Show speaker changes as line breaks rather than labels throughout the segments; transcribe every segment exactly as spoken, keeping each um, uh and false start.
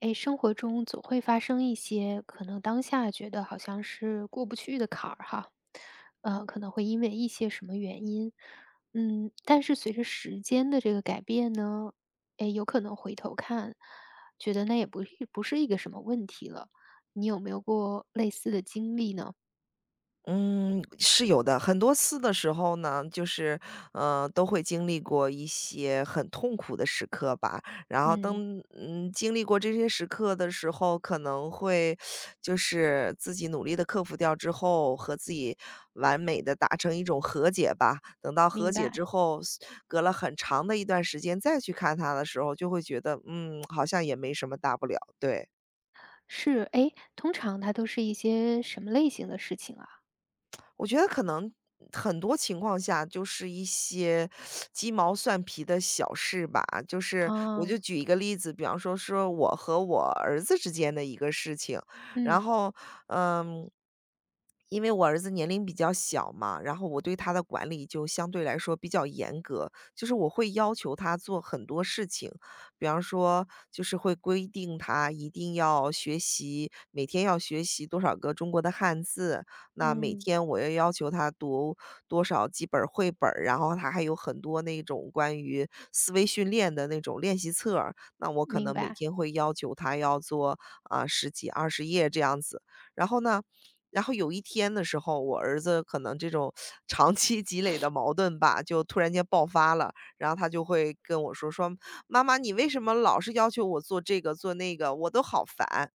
诶，生活中总会发生一些可能当下觉得好像是过不去的坎儿哈，呃，可能会因为一些什么原因，嗯，但是随着时间的这个改变呢，诶，有可能回头看，觉得那也不是不是一个什么问题了。你有没有过类似的经历呢？
嗯，是有的。很多次的时候呢，就是，呃，都会经历过一些很痛苦的时刻吧。然后当
嗯，
嗯，经历过这些时刻的时候，可能会就是自己努力的克服掉之后，和自己完美的达成一种和解吧。等到和
明
解之
白。
后，隔了很长的一段时间再去看他的时候，就会觉得，嗯，好像也没什么大不了，对。
是，诶，通常它都是一些什么类型的事情啊？
我觉得可能很多情况下就是一些鸡毛蒜皮的小事吧。就是我就
啊，
举一个例子，比方说说我和我儿子之间的一个事情。然
嗯
后，嗯，因为我儿子年龄比较小嘛，然后我对他的管理就相对来说比较严格，就是我会要求他做很多事情。比方说就是会规定他一定要学习，每天要学习多少个中国的汉字，那每
嗯，
天我要要求他读多少几本儿绘本儿。然后他还有很多那种关于思维训练的那种练习册儿，那我可
明
能每
白。
天会要求他要做啊、十几二十页这样子。然后呢，然后有一天的时候，我儿子可能这种 长期积累的矛盾吧，就突然间爆发了，然后他就会跟我说说：“妈妈，你为什么老是要求我做这个做那个？我都好烦。"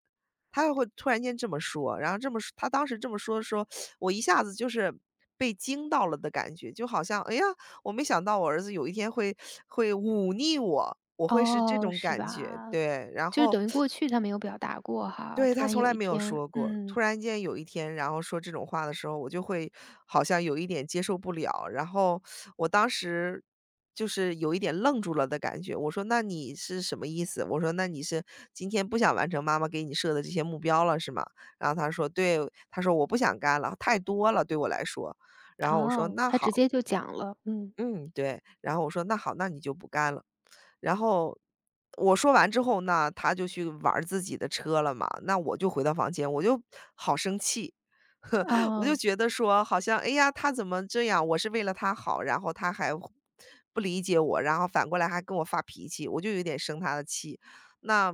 他会突然间这么说，然后这么说他当时这么说说我一下子就是被惊到了的感觉，就好像，哎呀，我没想到我儿子有一天会会忤逆我，我会是这
哦，
种
是
感觉，
吧？
对。然
就是
后
等于过去他没有表达过哈，
对，
突
他
然
从
有
来
一
没有
天，
说过。突
嗯。
然间有一天，然后说这种话的时候，我就会好像有一点接受不了。然后我当时就是有一点愣住了的感觉。我说："那你是什么意思？"我说："那你是今天不想完成妈妈给你设的这些目标了，是吗？"然后他说："对。"他说："我不想干了，太多了，对我来说。"然后我说：
哦，
“那
他直
好，
接就讲了，嗯。
嗯，对。"然后我说："那好，那你就不干了。"然后我说完之后，那他就去玩儿自己的车了嘛，那我就回到房间，我就好生气。我就
哦。
觉得说，好像哎呀，他怎么这样？我是为了他好，然后他还不理解我，然后反过来还跟我发脾气，我就有点生他的气。那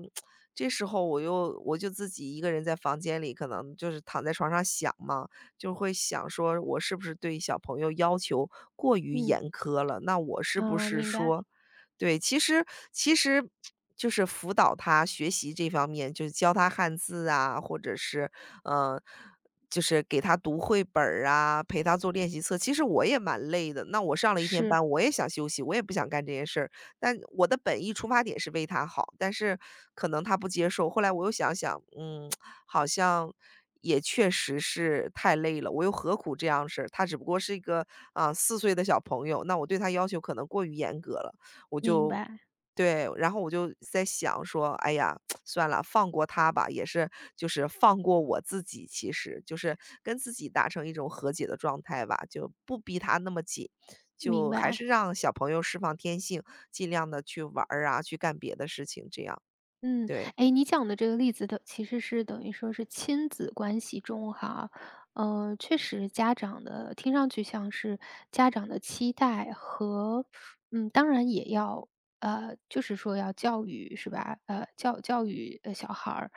这时候我又我就自己一个人在房间里，可能就是躺在床上想嘛，就会想说，我是不是对小朋友要求过于
嗯。
严苛了？那我是不
啊，
是
明白。
说，对，其实其实就是辅导他学习这方面，就是教他汉字啊，或者是，嗯，就是给他读绘本儿啊，陪他做练习册。其实我也蛮累的，那我上了一天
是。
班，我也想休息，我也不想干这些事儿。但我的本意出发点是为他好，但是可能他不接受。后来我又想想，嗯，好像也确实是太累了，我又何苦这样事儿，他只不过是一个，啊四岁的小朋友，那我对他要求可能过于严格了。我
明
就
白
对，然后我就在想说，哎呀，算了，放过他吧，也是就是放过我自己，其实就是跟自己达成一种和解的状态吧，就不逼他那么紧，
明
就还是
白。
让小朋友释放天性，尽量的去玩儿啊，去干别的事情，这样，
嗯。
对，
哎，你讲的这个例子的其实是等于说是亲子关系中哈，呃，确实家长的听上去像是家长的期待和嗯，当然也要呃，就是说要教育是吧？呃，教教育呃小孩儿，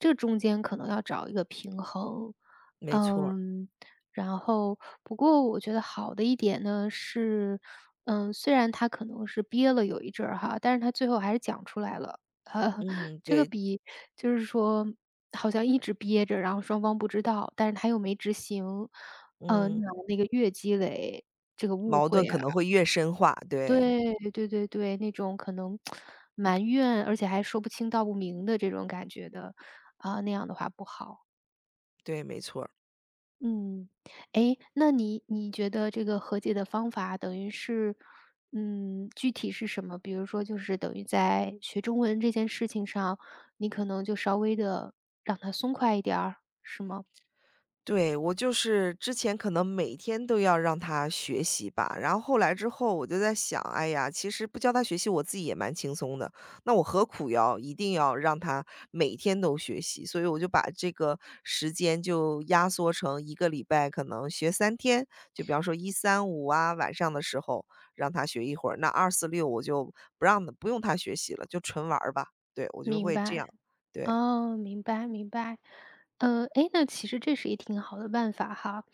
这中间可能要找一个平衡。
没错儿。
嗯。然后不过我觉得好的一点呢是，嗯，虽然他可能是憋了有一阵儿哈，但是他最后还是讲出来了。呃，
嗯，
这个
对。
比就是说好像一直憋着，然后双方不知道，但是他又没执行，呃，那
嗯，
样的那个越积累这个误
矛
会
盾可
啊，
能会越深化。对，
对。对对对，那种可能埋怨，而且还说不清道不明的这种感觉的，啊，那样的话不好。
对，没错。
嗯。哎，那你你觉得这个和解的方法等于是，嗯，具体是什么？比如说就是等于在学中文这件事情上，你可能就稍微的让他松快一点儿，是吗？
对，我就是之前可能每天都要让他学习吧，然后后来之后我就在想，哎呀，其实不教他学习，我自己也蛮轻松的，那我何苦要一定要让他每天都学习？所以我就把这个时间就压缩成一个礼拜，可能学三天，就比方说一三五啊，晚上的时候让他学一会儿，那二四六我就不让他不用他学习了，就纯玩儿吧。对，我就
明
会这
白。
样。对。
哦，明白明白。呃，哎，那其实这是一挺好的办法哈。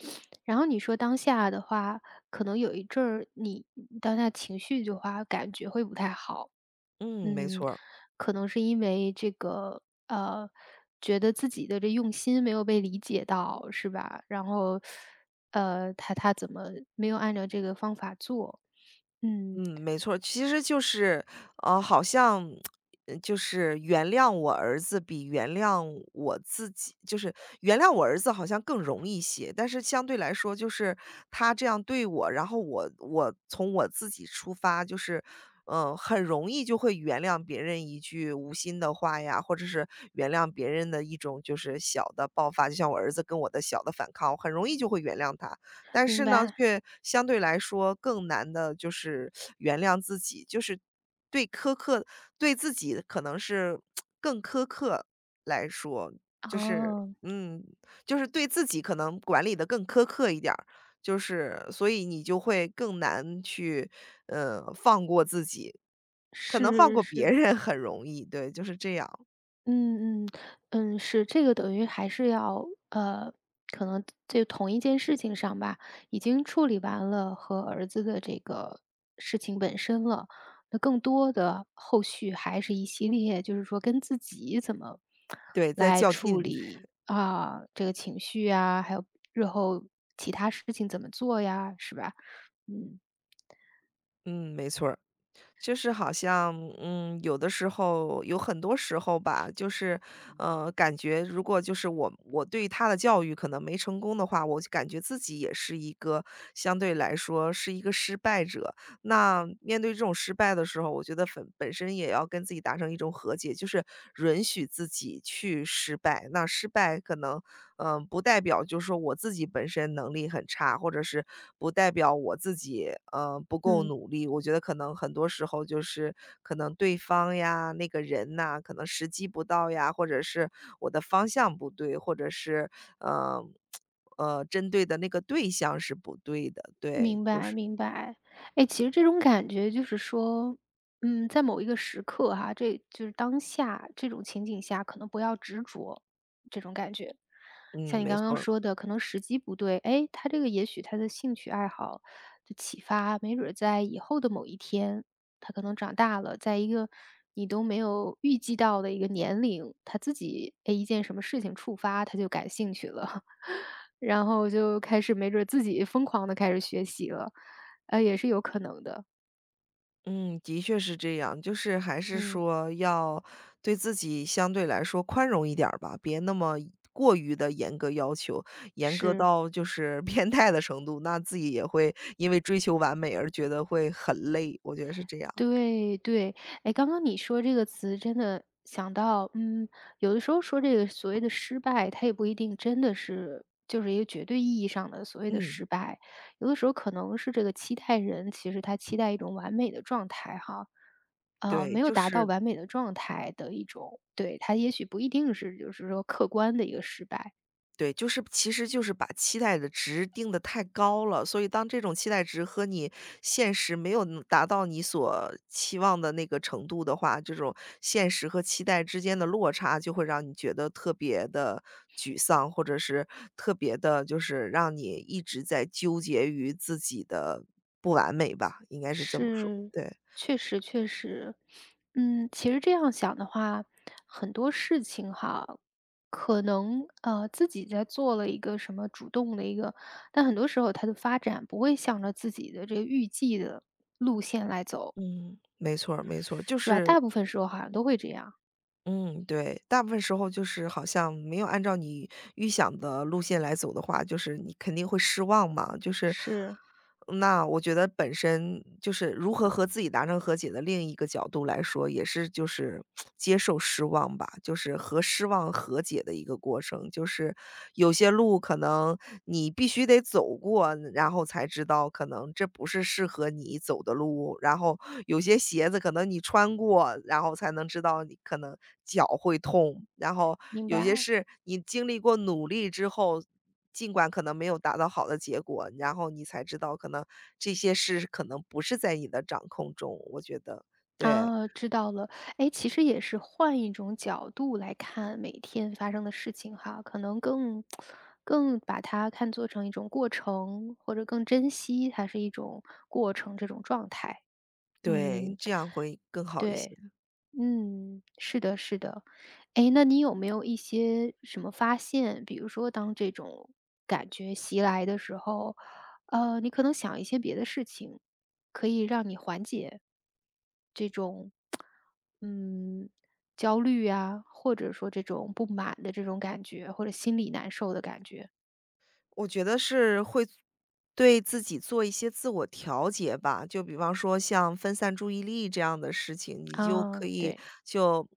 然后你说当下的话，可能有一阵儿你当下情绪的话，感觉会不太好。
嗯，没
嗯，
错儿。
可能是因为这个，呃，觉得自己的这用心没有被理解到，是吧？然后，呃，他他怎么没有按照这个方法做？嗯。
嗯，没错儿。其实就是，呃，好像，呃就是原谅我儿子比原谅我自己就是原谅我儿子好像更容易些。但是相对来说就是他这样对我，然后我我从我自己出发，就是，嗯，很容易就会原谅别人一句无心的话呀，或者是原谅别人的一种就是小的爆发，就像我儿子跟我的小的反抗，我很容易就会原谅他。但
明
是呢，
白。
却相对来说更难的，就是原谅自己，就是对苛刻对自己可能是更苛刻来说，就是
哦，
嗯，就是对自己可能管理的更苛刻一点儿，就是所以你就会更难去，呃，放过自己，可能放
是
过别
是。
人很容易，对，就是这样。
嗯嗯。嗯，是，这个等于还是要呃，可能这同一件事情上吧，已经处理完了和儿子的这个事情本身了，那更多的后续还是一系列，就是说跟自己怎么
对，在
来
较
处
劲。
理啊，这个情绪啊，还有日后其他事情怎么做呀，是吧？嗯
嗯，没错儿。就是好像，嗯，有的时候有很多时候吧，就是，呃，感觉如果就是我我对他的教育可能没成功的话，我就感觉自己也是一个相对来说是一个失败者。那面对这种失败的时候，我觉得本本身也要跟自己达成一种和解，就是允许自己去失败。那失败可能，嗯、不代表就是说我自己本身能力很差，或者是不代表我自己，呃，不够
嗯。
努力。我觉得可能很多时候就是可能对方呀，那个人呐、可能时机不到呀，或者是我的方向不对，或者是，呃，呃，针对的那个对象是不对的。对，
明
就
白
是，
明白。哎，其实这种感觉就是说，嗯，在某一个时刻哈，这就是当下这种情景下，可能不要执着，这种感觉。
嗯，
像你
没
刚刚
错儿。
说的，可能时机不对，哎，他这个也许他的兴趣爱好的启发，没准儿在以后的某一天，他可能长大了，在一个你都没有预计到的一个年龄，他自己哎一件什么事情触发，他就感兴趣了。然后就开始没准儿自己疯狂的开始学习了，呃，也是有可能的。
嗯，的确是这样，就是还是
嗯。
说要对自己相对来说宽容一点儿吧，别那么过于的严格要求，严格
是。
到就是 变态的程度，那自己也会因为追求完美而觉得会很累，我觉得是这样。
对对，哎，刚刚你说这个词真的想到，嗯，有的时候说这个所谓的失败，它也不一定真的是就是一个绝对意义上的所谓的
嗯，
失败，有的时候可能是这个期待人，其实他期待一种完美的状态哈，呃，
对，
没有
就
达到
是
完美的状态的一种对，他也许不一定是就是说客观的一个失败。
对，就是其实就是把期待的值定得太高了，所以当这种期待值和你现实没有能达到你所期望的那个程度的话，这种现实和期待之间的落差就会让你觉得特别的沮丧，或者是特别的，就是让你一直在纠结于自己的不完美吧，应该是这么说，
是，
对。
确实确实。嗯，其实这样想的话，很多事情哈，可能呃自己在做了一个什么主动的一个，但很多时候它的发展不会向着自己的这个预计的路线来走，
嗯，没错儿没错儿。就
是吧？
是
大部分时候好像都会这样，
嗯，对，大部分时候就是好像没有按照你预想的路线来走的话，就是你肯定会失望嘛。就是
是，
那我觉得本身就是如何和自己达成和解的另一个角度来说，也是就是接受失望吧，就是和失望和解的一个过程。就是有些路可能你必须须得走过，然后才知道可能这不是适合你走的路。然后有些鞋子可能你穿过，然后才能知道你可能脚会痛。然后
明
有些
白。
事你经历过努力之后，尽管可能没有达到好的结果，然后你才知道可能这些事可能不是在你的掌控中，我觉得。对，
啊，知道了。哎，其实也是换一种角度来看每天发生的事情哈，可能更更把它看作成一种过程，或者更珍惜它是一种过程这种状态。
对，
嗯。
这样会更好一些。
对。嗯，是的，是的。哎，那你有没有一些什么发现？比如说，当这种感觉袭来的时候，呃，你可能想一些别的事情，可以让你缓解这种，嗯，焦虑啊，或者说这种不满的这种感觉，或者心里难受的感觉。
我觉得是会对自己做一些自我调节吧，就比方说像分散注意力这样的事情，你就
啊，
可以
对。
就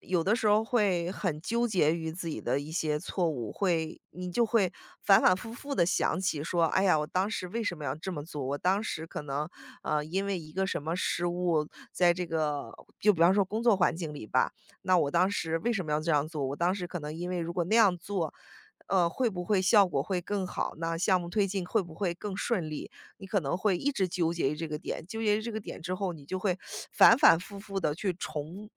有的时候会很纠结于自己的一些错误，会你就会反反复复的想起说，哎呀，我当时为什么要这么做？我当时可能呃因为一个什么失误，在这个就比方说工作环境里吧，那我当时为什么要这样做？我当时可能因为如果那样做。呃，会不会效果会更好呢？项目推进会不会更顺利？你可能会一直纠结于这个点，纠结于这个点之后，你就会反反复复的去重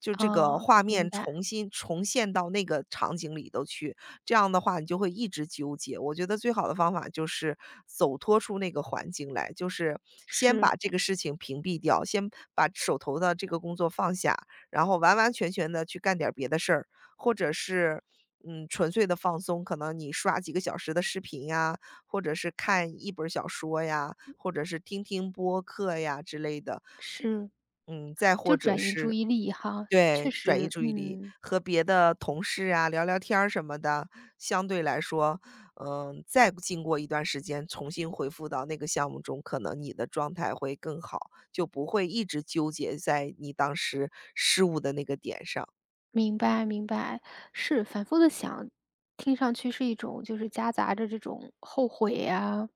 就这个
啊，
画
明
面
白。
重新重现到那个场景里头去，这样的话你就会一直纠结。我觉得最好的方法就是走脱出那个环境来，就是先
是
把这个事情屏蔽掉，先把手头的这个工作放下，然后完完全全的去干点儿别的事儿。或者是，嗯，纯粹的放松，可能你刷几个小时的视频呀，或者是看一本小说呀，或者是听听播客呀之类的。
是，
嗯，再或
就
者
转移注
是
意力哈，确
对，转移
实，
注意力，
嗯。
和别的同事啊聊聊天儿什么的，相对来说，嗯，再经过一段时间重新回复到那个项目中，可能你的状态会更好，就不会一直纠结在你当时失误的那个点上，
明白明白，是反复的想，听上去是一种就是夹杂着这种后悔呀，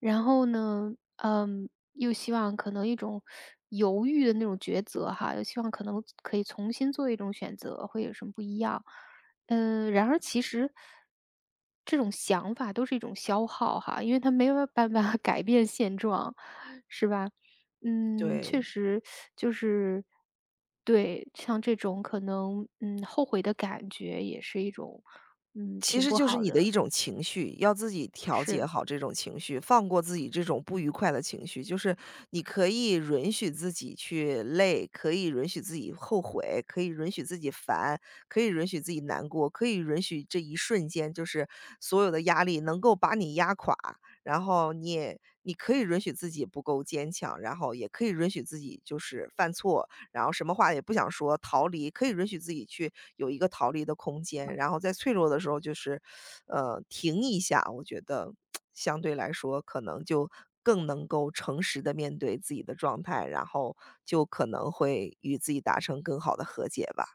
然后呢，嗯，又希望可能一种犹豫的那种抉择哈，又希望可能可以重新做一种选择，会有什么不一样。嗯，然而其实这种想法都是一种消耗哈，因为它没有办法改变现状，是吧？嗯，
对。
确实就是对，像这种可能，嗯，后悔的感觉也是一种，嗯，
其
挺
实
不
就是
好
你的一
的。
种情绪，要自己调节
是，
好这种情绪，放过自己这种不愉快的情绪。就是你可以允许自己去累，可以允许自己后悔，可以允许自己烦，可以允许自己难过，可以允许这一瞬间就是所有的压力能够把你压垮，然后你也你可以允许自己不够坚强，然后也可以允许自己就是犯错，然后什么话也不想说，逃离可以允许自己去有一个逃离的空间，然后在脆弱的时候就是，呃，停一下，我觉得相对来说可能就更能够诚实的面对自己的状态，然后就可能会与自己达成更好的和解吧，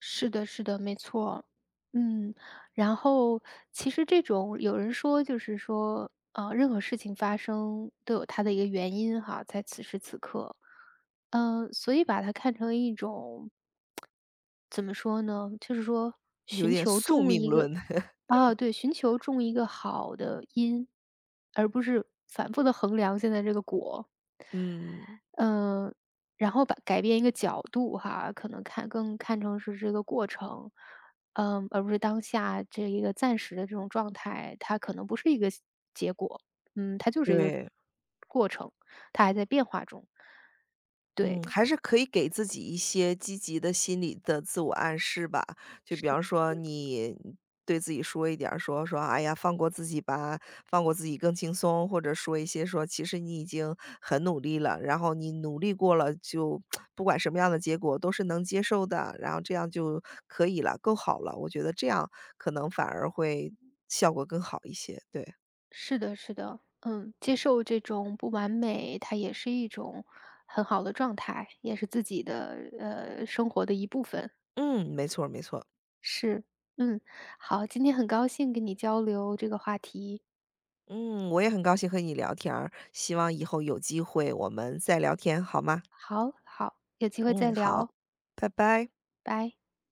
是的，是的，没错。嗯，然后其实这种有人说就是说，呃，任何事情发生都有它的一个原因哈，在此时此刻。嗯，所以把它看成一种怎么说呢？就是说
有
寻
点
求
宿
中
命
一
论，
个 啊，对，寻求中一个好的因，而不是反复的衡量现在这个果。
嗯，
嗯，然后把改变一个角度哈，可能看更看成是这个过程，嗯，而不是当下这一个暂时的这种状态，它可能不是一个结果，嗯，它就是一个
对。
过程，它还在变化中，
嗯，
对。
还是可以给自己一些积极的心理的自我暗示吧。就比方说你对自己说一点儿说说：“哎呀，放过自己吧，放过自己更轻松。”或者说一些说：“其实你已经很努力了，然后你努力过了，就 不管什么样的结果都是能接受的，然后这样就可以了，够好了。”我觉得这样可能反而会效果更好一些，对。
是的，是的，嗯，接受这种不完美，它也是一种很好的状态，也是自己的呃生活的一部分。
嗯，没错儿没错儿。
是，嗯，好，今天很高兴跟你交流这个话题。
嗯，我也很高兴和你聊天儿，希望以后有机会我们再聊天好吗？
好好，有机会再
嗯，好，
聊，
拜拜。
拜。